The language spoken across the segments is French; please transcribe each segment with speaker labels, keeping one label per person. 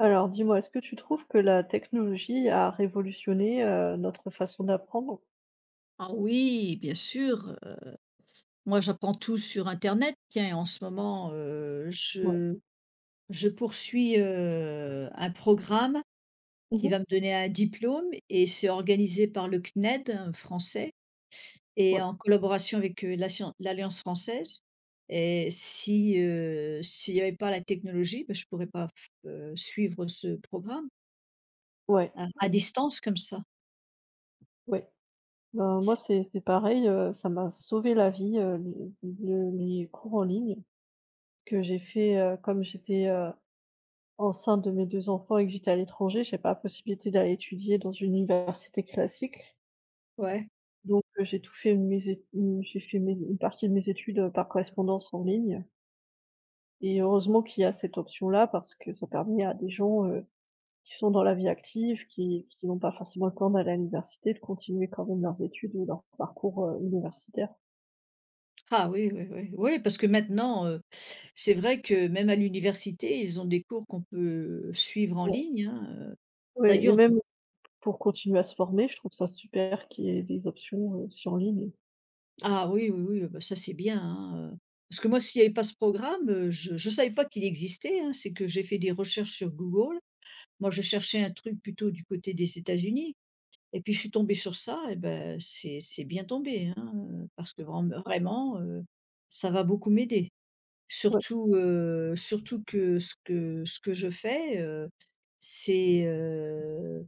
Speaker 1: Alors dis-moi, est-ce que tu trouves que la technologie a révolutionné, notre façon d'apprendre?
Speaker 2: Ah oui, bien sûr, moi j'apprends tout sur internet. Tiens, et en ce moment,
Speaker 1: Ouais.
Speaker 2: je poursuis, un programme qui
Speaker 1: Mmh.
Speaker 2: va me donner un diplôme et c'est organisé par le CNED français et
Speaker 1: Ouais,
Speaker 2: en collaboration avec, l'Alliance française. Et si, s'il n'y avait pas la technologie, bah, je ne pourrais pas f suivre ce programme
Speaker 1: ouais,
Speaker 2: à
Speaker 1: exa
Speaker 2: distance comme ça.
Speaker 1: ouais. Ben, moi,
Speaker 2: C
Speaker 1: c'est pareil, ça m'a sauvé la vie, le les cours en ligne que j'ai fait, comme j'étais, enceinte de mes 2 enfants et que j'étais à l'étranger, j'avais pas la possibilité d'aller étudier dans une université classique.
Speaker 2: Ouais.
Speaker 1: Donc j'ai fait mes une partie de mes études, par correspondance en ligne, et heureusement qu'il y a cette option-là parce que ça permet à des gens, qui sont dans la vie active, qui n'ont pas forcément le temps d'aller à l'université, de continuer quand même leurs études ou leur parcours, universitaire.
Speaker 2: Ah oui, oui, oui. Oui, parce que maintenant, c'est vrai que même à l'université, ils ont des cours qu'on peut suivre en
Speaker 1: Ouais,
Speaker 2: ligne, hein.
Speaker 1: ouais, et
Speaker 2: D'ailleurs de
Speaker 1: même pour continuer à se former, je trouve ça super qu'il y ait des options, aussi en ligne.
Speaker 2: Ah oui, oui, oui, bah, ça c'est bien, hein, parce que moi s'il n'y avait pas ce programme, je savais pas qu'il existait, hein. C'est que j'ai fait des recherches sur Google. Moi je cherchais un truc plutôt du côté des États-Unis et puis je suis tombée sur ça et ben c'est bien tombé, hein, parce que vraiment vraiment, ça va beaucoup m'aider.
Speaker 1: Ouais,
Speaker 2: Surtout, surtout que ce que je fais, c'est,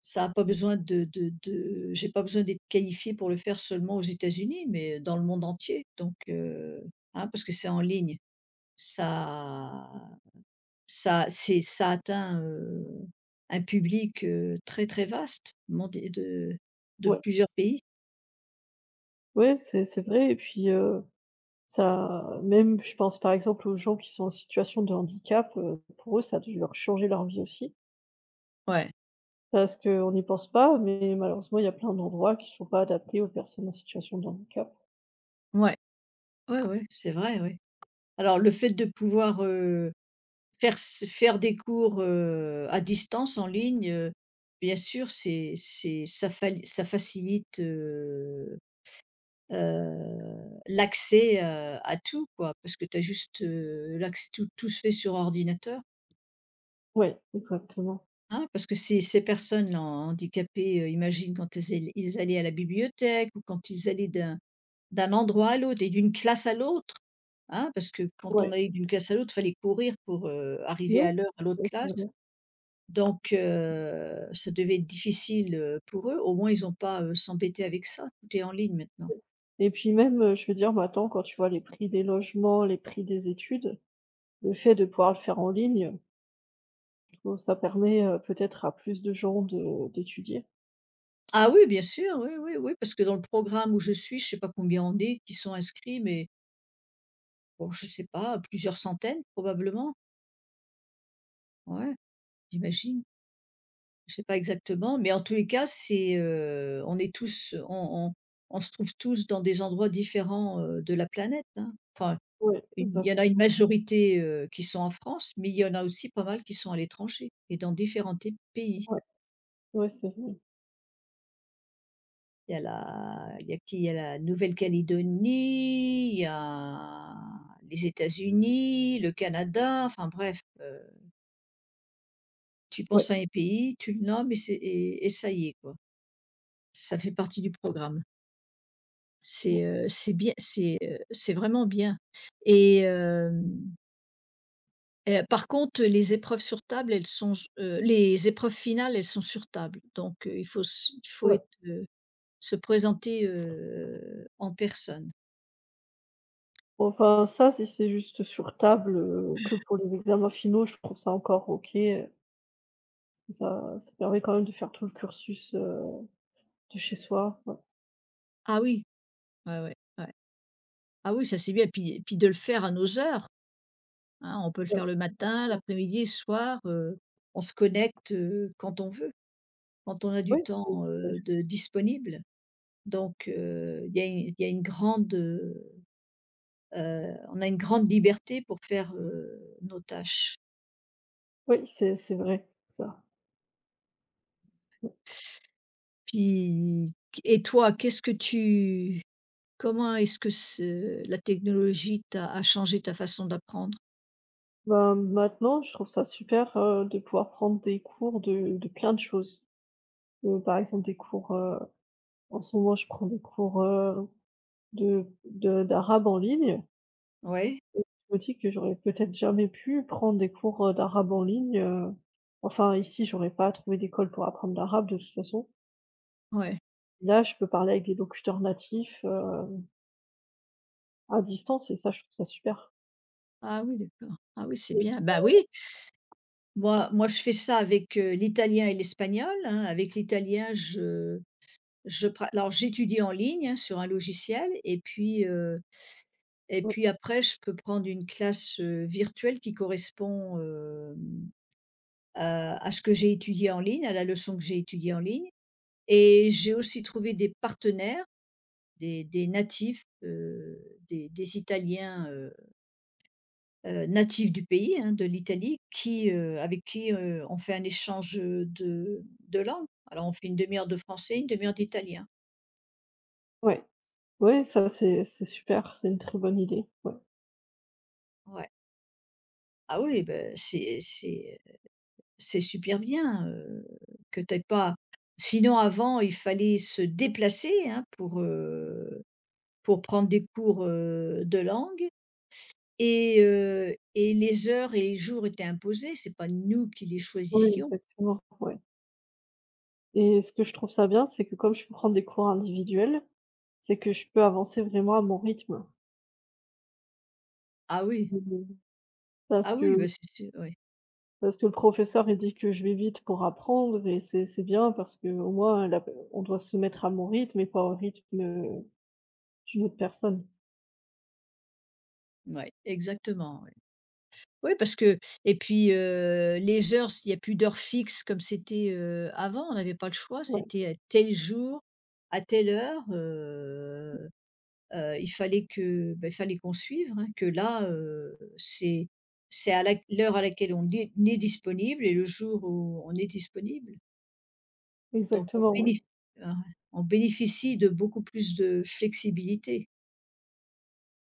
Speaker 2: ça a pas besoin de j'ai pas besoin d'être qualifié pour le faire seulement aux États-Unis, mais dans le monde entier. Donc, hein, parce que c'est en ligne. Ça ça atteint, un public, très, très vaste, mondé de
Speaker 1: ouais,
Speaker 2: plusieurs pays.
Speaker 1: ouais, c'est vrai, et puis, ça, même je pense par exemple aux gens qui sont en situation de handicap, pour eux, ça a dû leur changer leur vie aussi.
Speaker 2: Ouais,
Speaker 1: Parce qu'on n'y pense pas, mais malheureusement, il y a plein d'endroits qui sont pas adaptés aux personnes en situation de handicap.
Speaker 2: ouais, ouais, ouais, c'est vrai, oui. Alors le fait de pouvoir, faire des cours, à distance, en ligne, bien sûr, c'est ça fali ça facilite, l'accès, à tout, quoi. Parce que tu as juste, l'acc tout se fait sur ordinateur,
Speaker 1: Ouais, exactement.
Speaker 2: hein. Parce que ces personnes handicapées, imagine quand elles ell ils allaient à la bibliothèque ou quand ils allaient d'un endroit à l'autre et d'une classe à l'autre, hein. Parce que quand on
Speaker 1: Ouais.
Speaker 2: allait d'une classe à l'autre, il fallait courir pour, arriver
Speaker 1: Oui,
Speaker 2: à l'heure à l'autre
Speaker 1: oui, c'est
Speaker 2: classe.
Speaker 1: vrai.
Speaker 2: Donc ça devait être difficile, pour eux. Au moins, ils n'ont pas, s'embêter avec ça, tout est en ligne maintenant.
Speaker 1: Et puis même, je veux dire maintenant quand tu vois les prix des logements, les prix des études, le fait de pouvoir le faire en ligne, je trouve ça permet, peut-être à plus de gens de d'étudier.
Speaker 2: Ah oui, bien sûr, oui, oui, oui, parce que dans le programme où je suis, je ne sais pas combien on est qui sont inscrits, mais bon, je ne sais pas, plusieurs centaines probablement. Ouais, j'imagine. Je ne sais pas exactement, mais en tous les cas, c'est, on est tous on se trouve tous dans des endroits différents, de la planète, hein. Enfin,
Speaker 1: Ouais,
Speaker 2: Une il y en a une
Speaker 1: exactement.
Speaker 2: majorité, qui sont en France, mais il y en a aussi pas mal qui sont à l'étranger et dans différents té pays.
Speaker 1: Ouais, ouais, c'est vrai.
Speaker 2: Il y a qui? Il y a la Nouvelle-Calédonie, il y a les États-Unis, le Canada, enfin bref, tu
Speaker 1: Ouais,
Speaker 2: penses à un pays, tu le nommes et c'est et ça y est, quoi. Ça fait partie du programme. C'est bien, c'est vraiment bien et hem Par contre, les épreuves finales, elles sont sur table, donc il faut s il faut
Speaker 1: ouais.
Speaker 2: être, se présenter, en personne.
Speaker 1: Enfin, ça, si c'est juste sur table, que pour les examens finaux, je trouve ça encore OK, parce que ça permet quand même de faire tout le cursus, de chez soi. Ouais,
Speaker 2: Ah oui, ouais, ouais, ouais. Ah oui, ça c'est bien. Et puis de le faire à nos heures, hein. On peut le
Speaker 1: ouais,
Speaker 2: faire le matin,
Speaker 1: exactement.
Speaker 2: l'après-midi, le soir, on se connecte, quand on veut, quand on a du
Speaker 1: Ouais,
Speaker 2: temps,
Speaker 1: c'est vrai.
Speaker 2: de disponible. Donc il y a une il y a une grande, on a une grande liberté pour faire, nos tâches.
Speaker 1: Oui, c'est vrai, ça. Ouais.
Speaker 2: Puis Et toi, qu'est-ce que tu comment est-ce que ce la technologie t'a a changé ta façon d'apprendre?
Speaker 1: Bah, maintenant, je trouve ça super, de pouvoir prendre des cours de plein de choses. Par exemple, des cours, En ce moment, je prends des cours, de d'arabe en ligne.
Speaker 2: Ouais.
Speaker 1: Et je me dis que j'aurais peut-être jamais pu prendre des cours, d'arabe en ligne, enfin ici j'aurais pas trouvé d'école pour apprendre l'arabe de toute façon.
Speaker 2: Ouais.
Speaker 1: Là, je peux parler avec des locuteurs natifs, à distance, et ça je trouve ça super.
Speaker 2: Ah oui, d'accord. Ah oui, c'est
Speaker 1: Et
Speaker 2: bien. Bah oui, moi je fais ça avec, l'italien et l'espagnol, hein. Avec l'italien, je pra alors j'étudie en ligne, hein, sur un logiciel et
Speaker 1: ouais,
Speaker 2: puis après je peux prendre une classe, virtuelle qui correspond, à ce que j'ai étudié en ligne, à la leçon que j'ai étudiée en ligne. Et j'ai aussi trouvé des partenaires, des natifs, des Italiens, natifs du pays, hein, de l'Italie avec qui, on fait un échange de langues. Alors on fait une demi heure de français, une demi heure d'italien.
Speaker 1: ouais, ouais, ça c'est super, c'est une très bonne idée, ouais.
Speaker 2: Ouais. Ah oui, ben c'est super bien, que tu pas sinon avant il fallait se déplacer, hein, pour prendre des cours, de langue. Et les heures et les jours étaient imposés, c'est pas nous qui les
Speaker 1: Oui,
Speaker 2: choisissions.
Speaker 1: exactement, ouais. Et ce que je trouve ça bien, c'est que comme je peux prendre des cours individuels, c'est que je peux avancer vraiment à mon rythme.
Speaker 2: Ah oui,
Speaker 1: Mhm. Parce
Speaker 2: ah oui,
Speaker 1: que
Speaker 2: bah, c'est sûr, oui.
Speaker 1: parce que le professeur, il dit que je vais vite pour apprendre, et c'est bien parce que au moins la on doit se mettre à mon rythme et pas au rythme, d'une autre personne.
Speaker 2: Ouais, exactement, ouais. Oui, parce que et puis, les heures, s'il y a plus d'heures fixes comme c'était, avant, on n'avait pas le choix,
Speaker 1: Ouais,
Speaker 2: c'était à tel jour, à telle heure, il fallait qu'on suive, hein, que là, c'est à la l'heure à laquelle on est disponible et le jour où on est disponible. Donc on
Speaker 1: exactement, ouais.
Speaker 2: bénéf Ah ouais, on bénéficie de beaucoup plus de flexibilité.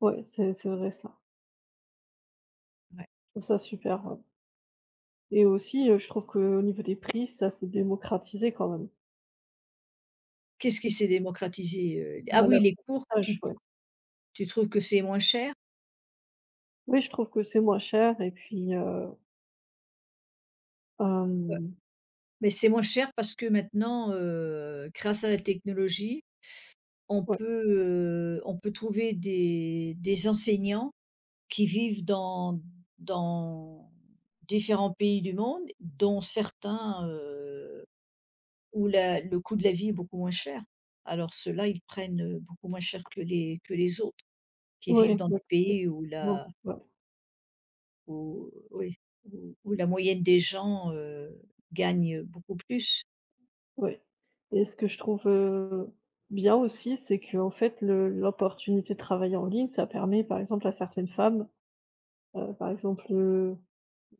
Speaker 1: Ouais, c'est vrai, ça.
Speaker 2: Ouais.
Speaker 1: Je trouve ça super, ouais, et aussi, je trouve qu'au niveau des prix, ça s'est démocratisé quand même.
Speaker 2: Qu'est-ce qui s'est démocratisé, Ah
Speaker 1: Dans
Speaker 2: oui, les cours,
Speaker 1: l'apprentissage,
Speaker 2: tu
Speaker 1: ouais.
Speaker 2: tu trouves que c'est moins cher?
Speaker 1: Oui, je trouve que c'est moins cher, et puis, hem,
Speaker 2: Mais c'est moins cher parce que maintenant, grâce à la technologie, on
Speaker 1: ouais,
Speaker 2: peut, on peut trouver des enseignants qui vivent dans différents pays du monde, dont certains, où la le coût de la vie est beaucoup moins cher. Alors ceux-là, ils prennent, beaucoup moins cher que les autres, qui
Speaker 1: ouais,
Speaker 2: vivent dans des
Speaker 1: exactement.
Speaker 2: pays
Speaker 1: Ouais.
Speaker 2: où oui, où où la moyenne des gens, gagne beaucoup plus.
Speaker 1: Oui, et ce que je trouve, bien aussi, c'est que en fait le l'opportunité de travailler en ligne, ça permet par exemple à certaines femmes, par exemple,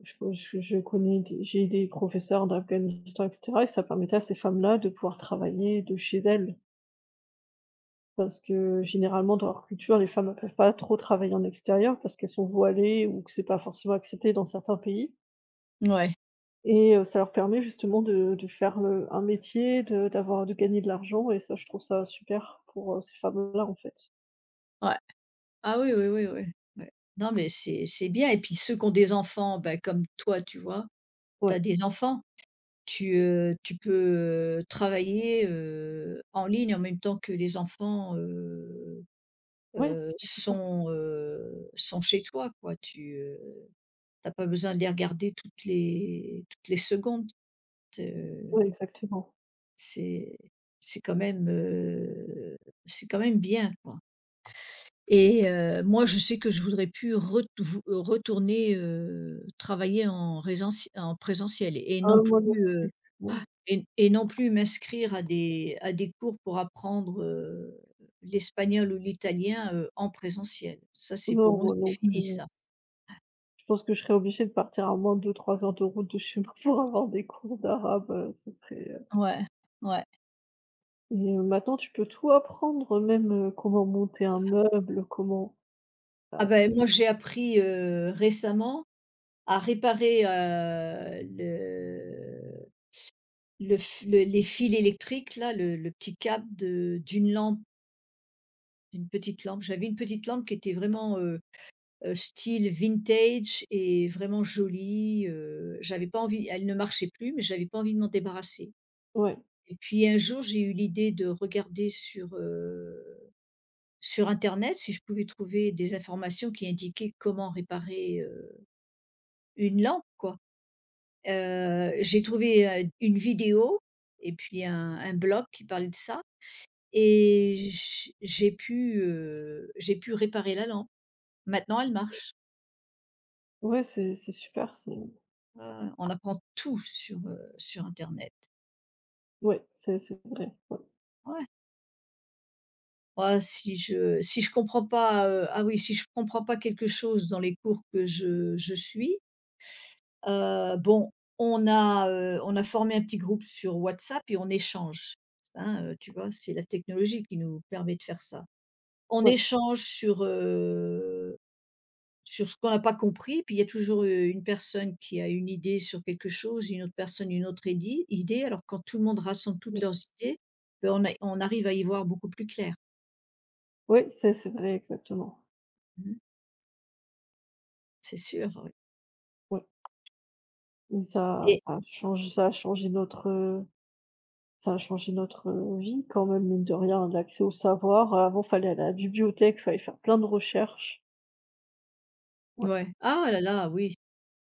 Speaker 1: je connais des j'ai des professeurs d'Afghanistan et cetera, et ça permettait à ces femmes-là de pouvoir travailler de chez elles. Parce que généralement dans leur culture, les femmes ne peuvent pas trop travailler en extérieur parce qu'elles sont voilées ou que c'est pas forcément accepté dans certains pays.
Speaker 2: Ouais,
Speaker 1: Et ça leur permet justement de faire le un métier, de d'avoir de gagner de l'argent, et ça, je trouve ça super pour, ces femmes-là, en fait.
Speaker 2: ouais. Ah oui, oui, oui, oui. Ouais. Non, mais c'est bien, et puis ceux qui ont des enfants, ben comme toi, tu vois? Tu as
Speaker 1: Ouais.
Speaker 2: des enfants, tu peux, travailler, en ligne en même temps que les enfants,
Speaker 1: Ouais, c'est ça.
Speaker 2: Sont, sont chez toi quoi. Tu, pas besoin de les regarder toutes les secondes.
Speaker 1: Ouais,
Speaker 2: Heu,
Speaker 1: exactement.
Speaker 2: c'est c'est quand même, c'est quand même bien quoi. Et moi je sais que je voudrais plus retourner, travailler en présentiel, et
Speaker 1: Ah,
Speaker 2: non
Speaker 1: moi non
Speaker 2: plus,
Speaker 1: plus. Non.
Speaker 2: non plus m'inscrire à des cours pour apprendre, l'espagnol ou l'italien, en présentiel. Ça c'est
Speaker 1: Non,
Speaker 2: pour moi
Speaker 1: moi
Speaker 2: c'est
Speaker 1: non
Speaker 2: fini
Speaker 1: plus.
Speaker 2: ça.
Speaker 1: Je pense que je serais obligée de partir à moins de 2-3 heures de route de chez moi pour avoir des cours d'arabe, ce serait, heu.
Speaker 2: Ouais, ouais.
Speaker 1: Et maintenant tu peux tout apprendre, même, comment monter un meuble, comment, heu.
Speaker 2: Ah ben moi j'ai appris, récemment à réparer, le f le les fils électriques là, le petit câble de d'une lampe, d'une petite lampe. J'avais une petite lampe qui était vraiment, style vintage et vraiment jolie, j'avais pas envie, elle ne marchait plus, mais j'avais pas envie de m'en débarrasser.
Speaker 1: Ouais.
Speaker 2: Et puis un jour, j'ai eu l'idée de regarder sur internet si je pouvais trouver des informations qui indiquaient comment réparer une lampe quoi. J'ai trouvé, une vidéo et puis un blog qui parlait de ça, et j'ai pu, réparer la lampe. Maintenant elle marche.
Speaker 1: Ouais, c'est super, c'est
Speaker 2: Ouais, ouais, on apprend tout sur internet.
Speaker 1: ouais, c'est vrai.
Speaker 2: Ouais. Ah si je si je comprends pas, Ah oui, si je comprends pas quelque chose dans les cours que je suis, bon, on a formé un petit groupe sur WhatsApp et on échange, hein, tu vois? C'est la technologie qui nous permet de faire ça. On
Speaker 1: Ouais.
Speaker 2: échange sur ce qu'on n'a pas compris, puis il y a toujours, une personne qui a une idée sur quelque chose, une autre idi idée. Alors quand tout le monde rassemble toutes
Speaker 1: Mmh.
Speaker 2: leurs idées, beh, on arrive à y voir beaucoup plus clair.
Speaker 1: Oui, c'est vrai, exactement.
Speaker 2: Mmh. C'est sûr, oui.
Speaker 1: Oui, mais
Speaker 2: Et
Speaker 1: ça change ça a changé notre, ça a changé notre, vie quand même, mine de rien, l'accès au savoir. Avant, fallait aller à la bibliothèque, fallait faire plein de recherches. Ouais,
Speaker 2: ouais. Ah là là, oui.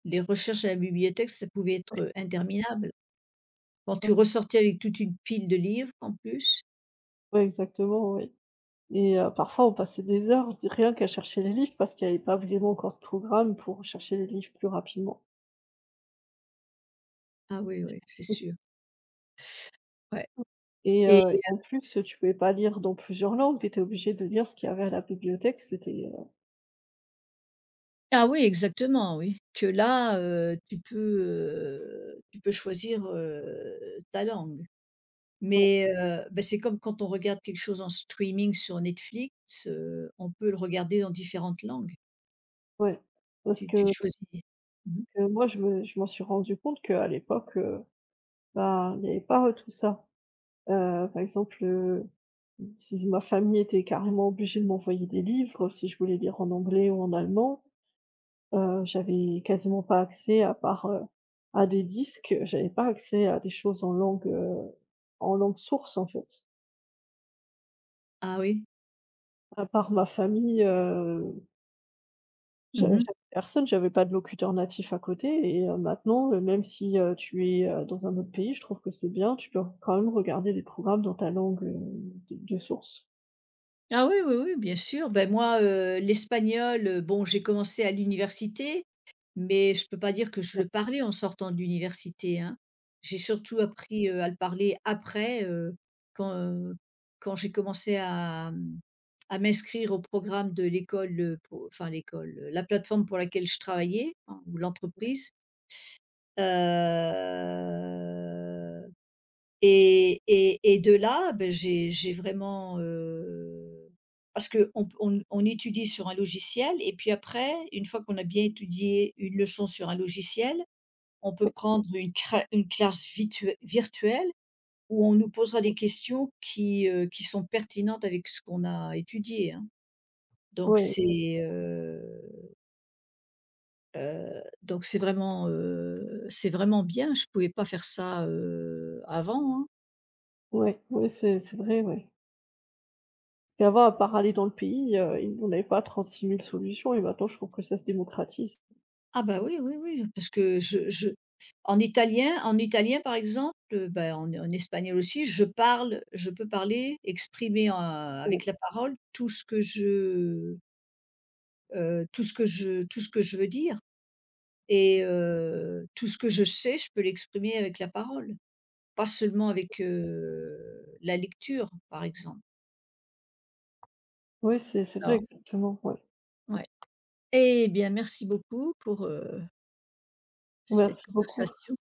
Speaker 2: Les recherches à la bibliothèque, ça pouvait être interminable. Quand
Speaker 1: ouais,
Speaker 2: tu ressortais avec toute une pile de livres en plus.
Speaker 1: ouais, exactement, oui. Et parfois, on passait des heures, rien qu'à chercher les livres parce qu'il n'y avait pas vraiment encore de programme pour chercher les livres plus rapidement.
Speaker 2: Ah oui, oui, c'est sûr, ouais.
Speaker 1: Et en plus, tu pouvais pas lire dans plusieurs langues, tu étais obligé de lire ce qu'il y avait à la bibliothèque, c'était, heu.
Speaker 2: Ah oui, exactement, oui. Que là, tu peux choisir, ta langue.
Speaker 1: Ouais,
Speaker 2: Mais, bah, c'est comme quand on regarde quelque chose en streaming sur Netflix, on peut le regarder dans différentes langues.
Speaker 1: ouais. Parce
Speaker 2: Tu
Speaker 1: que
Speaker 2: choisis.
Speaker 1: parce
Speaker 2: Mmh.
Speaker 1: que moi, je m'en suis rendu compte qu'à l'époque, ben, il n'y avait pas, tout ça. Heu, par exemple, heu, si ma famille était carrément obligée de m'envoyer des livres, si je voulais lire en anglais ou en allemand. J'avais quasiment pas accès à part, à des disques, j'avais pas accès à des choses en langue source, en fait.
Speaker 2: Ah oui?
Speaker 1: À part ma famille,
Speaker 2: Mmh.
Speaker 1: j'avais personne, j'avais pas de locuteur natif à côté, et maintenant, même si, tu es, dans un autre pays, je trouve que c'est bien, tu peux quand même regarder des programmes dans ta langue, de source.
Speaker 2: Ah oui, oui, oui, bien sûr. Ben moi, l'espagnol, bon, j'ai commencé à l'université, mais je peux pas dire que je le parlais en sortant de l'université, hein. J'ai surtout appris, à le parler après, quand, heu, quand j'ai commencé à, mmh, à m'inscrire au programme de l'école, pour enfin l'école, la plateforme pour laquelle je travaillais, en ou l'entreprise, heu et de là, ben j'ai vraiment, parce qu'on p on étudie sur un logiciel et puis après, une fois qu'on a bien étudié une leçon sur un logiciel, on peut
Speaker 1: Oui.
Speaker 2: prendre une classe vitue virtuelle où on nous posera des questions qui sont pertinentes avec ce qu'on a étudié, hein. Donc
Speaker 1: Ouais,
Speaker 2: c'est, heu heu, donc c'est vraiment bien. Je ne pouvais pas faire ça, avant, hein.
Speaker 1: ouais, ouais, c'est vrai, ouais. Parce qu'avant, à part aller dans le pays, il on n'avait pas trente six mille solutions, et maintenant je trouve que ça se démocratise.
Speaker 2: Ah bah, oui, oui, oui, parce que je en italien par exemple, bah, en espagnol aussi, je peux parler, exprimer, avec la parole tout ce que je, tout ce que je veux dire, et tout ce que je sais, je peux l'exprimer avec la parole, pas seulement avec, la lecture, par exemple.
Speaker 1: Oui, c'est vrai,
Speaker 2: Alors
Speaker 1: exactement, ouais.
Speaker 2: ouais. Eh bien, merci beaucoup pour, cette
Speaker 1: Merci beaucoup.
Speaker 2: conversation.